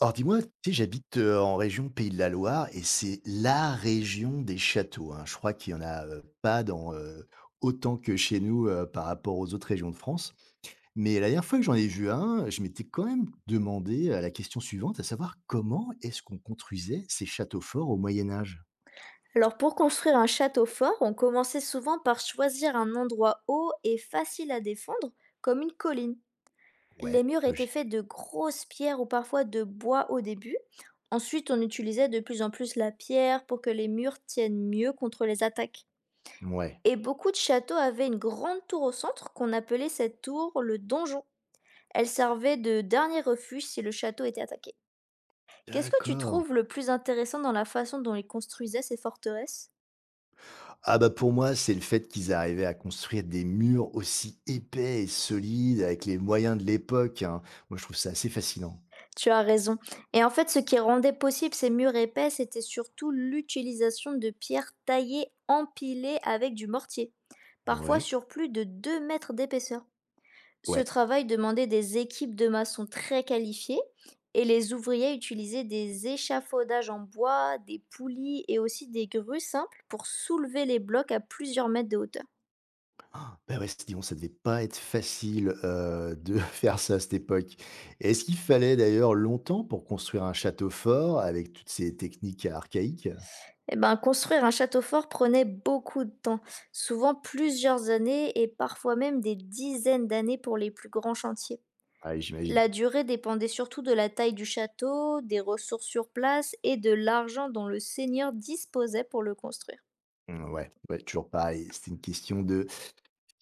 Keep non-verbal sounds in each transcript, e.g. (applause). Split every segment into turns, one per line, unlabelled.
Alors dis-moi, tu sais, j'habite en région Pays de la Loire et c'est la région des châteaux, hein. Je crois qu'il n'y en a pas dans, autant que chez nous par rapport aux autres régions de France. Mais la dernière fois que j'en ai vu un, je m'étais quand même demandé la question suivante, à savoir comment est-ce qu'on construisait ces châteaux forts au Moyen Âge?
Alors pour construire un château fort, on commençait souvent par choisir un endroit haut et facile à défendre, comme une colline. Les
Ouais,
murs étaient
logique.
faits de grosses pierres ou parfois de bois au début. Ensuite, on utilisait de plus en plus la pierre pour que les murs tiennent mieux contre les attaques.
Ouais.
Et beaucoup de châteaux avaient une grande tour au centre qu'on appelait cette tour le donjon. Elle servait de dernier refuge si le château était attaqué. Qu'est-ce que tu
D'accord.
trouves le plus intéressant dans la façon dont ils construisaient ces forteresses?
Ah bah pour moi, c'est le fait qu'ils arrivaient à construire des murs aussi épais et solides avec les moyens de l'époque, hein. Moi, je trouve ça assez fascinant.
Tu as raison. Et en fait, ce qui rendait possible ces murs épais, c'était surtout l'utilisation de pierres taillées, empilées avec du mortier, parfois
Ouais,
sur plus de 2 mètres d'épaisseur. Ce
ouais.
travail demandait des équipes de maçons très qualifiées, et les ouvriers utilisaient des échafaudages en bois, des poulies et aussi des grues simples pour soulever les blocs à plusieurs mètres de hauteur.
Ah, bah, ouais, dis ça devait pas être facile, de (laughs) faire ça à cette époque. Et est-ce qu'il fallait d'ailleurs longtemps pour construire un château fort avec toutes ces techniques archaïques?
Eh ben, construire un château fort prenait beaucoup de temps, souvent plusieurs années et parfois même des dizaines d'années pour les plus grands chantiers.
Ah oui,
La
j'imagine.
durée dépendait surtout de la taille du château, des ressources sur place et de l'argent dont le seigneur disposait pour le construire.
Mmh, ouais, ouais, toujours pareil, c'était une question de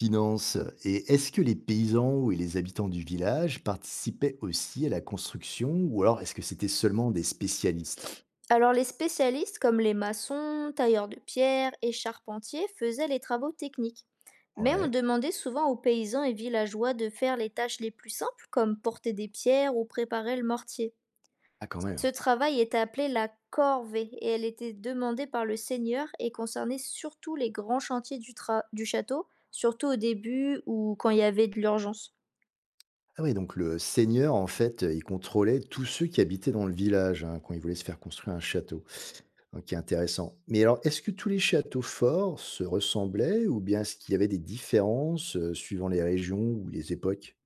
finances. Et est-ce que les paysans et les habitants du village participaient aussi à la construction ou alors est-ce que c'était seulement des spécialistes?
Alors les spécialistes comme les maçons, tailleurs de pierre et charpentiers faisaient les travaux techniques. Mais on
Ouais.
demandait souvent aux paysans et villageois de faire les tâches les plus simples, comme porter des pierres ou préparer le mortier.
Ah quand même.
Ce travail est appelé la corvée, et elle était demandée par le seigneur et concernait surtout les grands chantiers du château, surtout au début ou quand il y avait de l'urgence.
Ah oui, donc le seigneur, en fait, il contrôlait tous ceux qui habitaient dans le village, hein, quand il voulait se faire construire un château, hein, qui est intéressant. Mais alors, est-ce que tous les châteaux forts se ressemblaient ou bien est-ce qu'il y avait des différences suivant les régions ou les époques?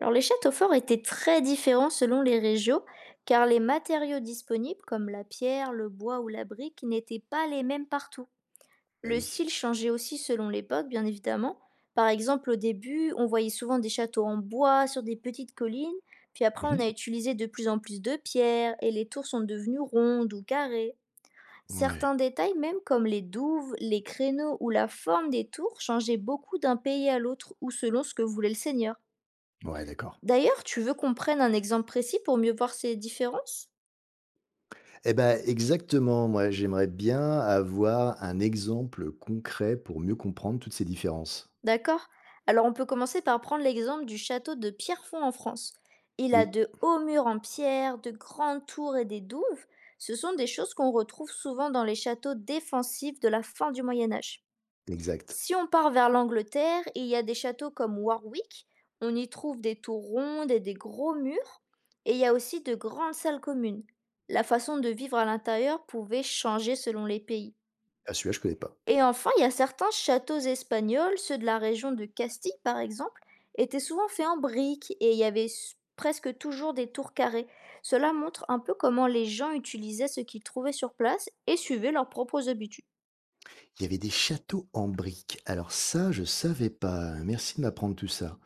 Alors les châteaux forts étaient très différents selon les régions, car les matériaux disponibles comme la pierre, le bois ou la brique n'étaient pas les mêmes partout.
Bah
Le
oui.
style changeait aussi selon l'époque, bien évidemment. Par exemple, au début, on voyait souvent des châteaux en bois sur des petites collines, puis après
Mhm.
on a utilisé de plus en plus de pierres et les tours sont devenues rondes ou carrées.
Ouais,
Certains détails, même comme les douves, les créneaux ou la forme des tours, changeaient beaucoup d'un pays à l'autre ou selon ce que voulait le seigneur.
ouais, d'accord.
D'ailleurs, tu veux qu'on prenne un exemple précis pour mieux voir ces différences?
Eh ben, exactement. Moi, j'aimerais bien avoir un exemple concret pour mieux comprendre toutes ces différences.
D'accord. Alors on peut commencer par prendre l'exemple du château de Pierrefonds en France. Il a
Oui,
de hauts murs en pierre, de grandes tours et des douves. Ce sont des choses qu'on retrouve souvent dans les châteaux défensifs de la fin du Moyen Âge.
exact.
Si on part vers l'Angleterre, il y a des châteaux comme Warwick. On y trouve des tours rondes et des gros murs. Et il y a aussi de grandes salles communes. La façon de vivre à l'intérieur pouvait changer selon les pays.
À celui-là, je connais pas.
Et enfin, il y a certains châteaux espagnols, ceux de la région de Castille par exemple, étaient souvent faits en briques et il y avait presque toujours des tours carrées. Cela montre un peu comment les gens utilisaient ce qu'ils trouvaient sur place et suivaient leurs propres habitudes.
Il y avait des châteaux en briques. Alors ça, je savais pas. Merci de m'apprendre tout ça.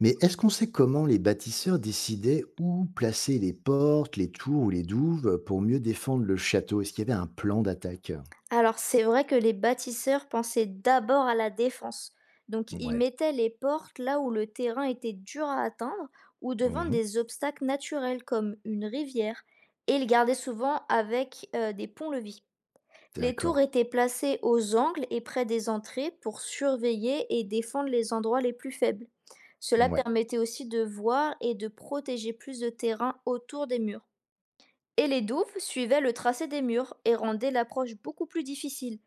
Mais est-ce qu'on sait comment les bâtisseurs décidaient où placer les portes, les tours ou les douves pour mieux défendre le château? Est-ce qu'il y avait un plan d'attaque?
Alors c'est vrai que les bâtisseurs pensaient d'abord à la défense. Donc ils
Ouais.
mettaient les portes là où le terrain était dur à atteindre, ou devant
Mhm.
des obstacles naturels comme une rivière. Et ils gardaient souvent avec des ponts-levis. Les tours
D'accord.
étaient placées aux angles et près des entrées pour surveiller et défendre les endroits les plus faibles. Cela
Ouais.
permettait aussi de voir et de protéger plus de terrain autour des murs. Et les douves suivaient le tracé des murs et rendaient l'approche beaucoup plus difficile.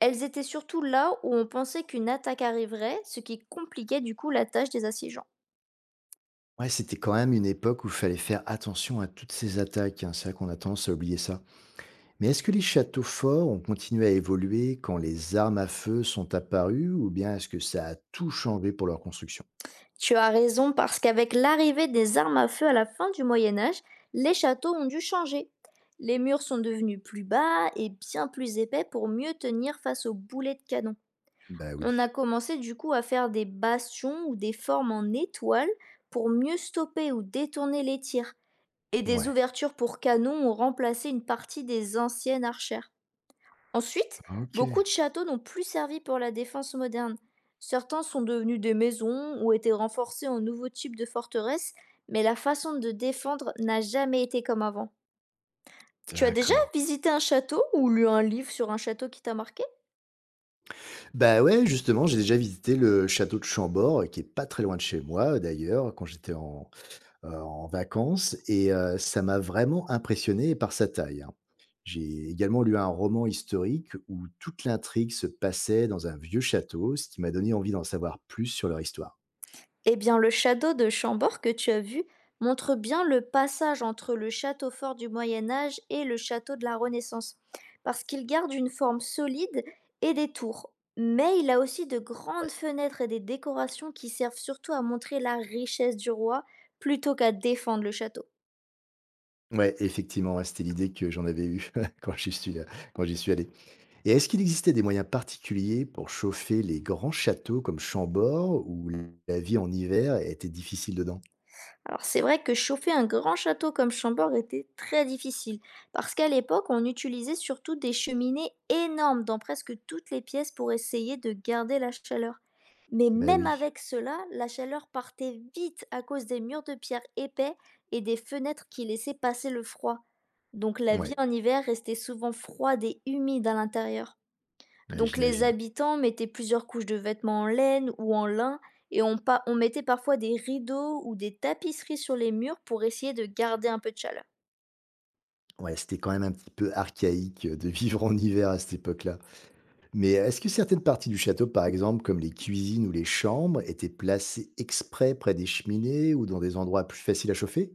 Elles étaient surtout là où on pensait qu'une attaque arriverait, ce qui compliquait du coup la tâche des assiégeants.
Ouais, c'était quand même une époque où il fallait faire attention à toutes ces attaques, hein. C'est vrai qu'on a tendance à oublier ça. Mais est-ce que les châteaux forts ont continué à évoluer quand les armes à feu sont apparues ou bien est-ce que ça a tout changé pour leur construction?
Tu as raison, parce qu'avec l'arrivée des armes à feu à la fin du Moyen Âge, les châteaux ont dû changer. Les murs sont devenus plus bas et bien plus épais pour mieux tenir face aux boulets de canon.
Bah
On
oui.
a commencé du coup à faire des bastions ou des formes en étoile pour mieux stopper ou détourner les tirs. Et des
Ouais.
ouvertures pour canons ont remplacé une partie des anciennes archères. Ensuite, beaucoup
OK,
de châteaux n'ont plus servi pour la défense moderne. Certains sont devenus des maisons ou étaient renforcés en nouveaux types de forteresses, mais la façon de défendre n'a jamais été comme avant. Tu as déjà
d'accord.
visité un château ou lu un livre sur un château qui t'a marqué?
Bah, ouais, justement, j'ai déjà visité le château de Chambord, qui est pas très loin de chez moi, d'ailleurs, quand j'étais en, en vacances, et ça m'a vraiment impressionné par sa taille, hein. J'ai également lu un roman historique où toute l'intrigue se passait dans un vieux château, ce qui m'a donné envie d'en savoir plus sur leur histoire.
Eh bien, le château de Chambord que tu as vu montre bien le passage entre le château fort du Moyen Âge et le château de la Renaissance, parce qu'il garde une forme solide et des tours. Mais il a aussi de grandes
Ouais,
fenêtres et des décorations qui servent surtout à montrer la richesse du roi plutôt qu'à défendre le château.
ouais, effectivement, ouais, c'était l'idée que j'en avais eue (laughs) quand j'y suis, euh, quand j'y suis allé. Et est-ce qu'il existait des moyens particuliers pour chauffer les grands châteaux comme Chambord, où la vie en hiver était difficile dedans?
Alors c'est vrai que chauffer un grand château comme Chambord était très difficile, parce qu'à l'époque on utilisait surtout des cheminées énormes dans presque toutes les pièces pour essayer de garder la chaleur. Mais
Ben
même
oui,
avec cela, la chaleur partait vite à cause des murs de pierre épais et des fenêtres qui laissaient passer le froid. Donc la vie
ouais,
en hiver restait souvent froide et humide à l'intérieur.
ouais,
Donc les
j'imagine.
habitants mettaient plusieurs couches de vêtements en laine ou en lin, et on mettait parfois des rideaux ou des tapisseries sur les murs pour essayer de garder un peu de chaleur.
Ouais, c'était quand même un petit peu archaïque de vivre en hiver à cette époque-là. Mais est-ce que certaines parties du château, par exemple, comme les cuisines ou les chambres, étaient placées exprès près des cheminées ou dans des endroits plus faciles à chauffer?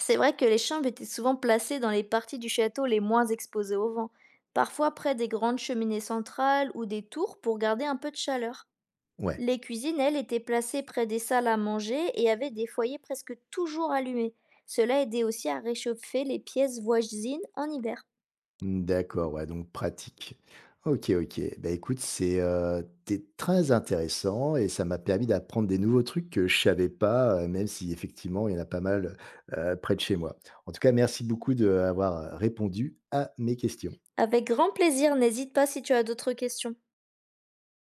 C'est vrai que les chambres étaient souvent placées dans les parties du château les moins exposées au vent, parfois près des grandes cheminées centrales ou des tours pour garder un peu de chaleur.
Ouais.
Les cuisines, elles, étaient placées près des salles à manger et avaient des foyers presque toujours allumés. Cela aidait aussi à réchauffer les pièces voisines en hiver.
Mmh, d'accord, ouais, donc pratique. OK, OK. Bah, écoute, c'est, tu très intéressant et ça m'a permis d'apprendre des nouveaux trucs que je savais pas, même si effectivement il y en a pas mal, près de chez moi. En tout cas, merci beaucoup d'avoir, répondu à mes questions.
Avec grand plaisir, n'hésite pas si tu as d'autres questions.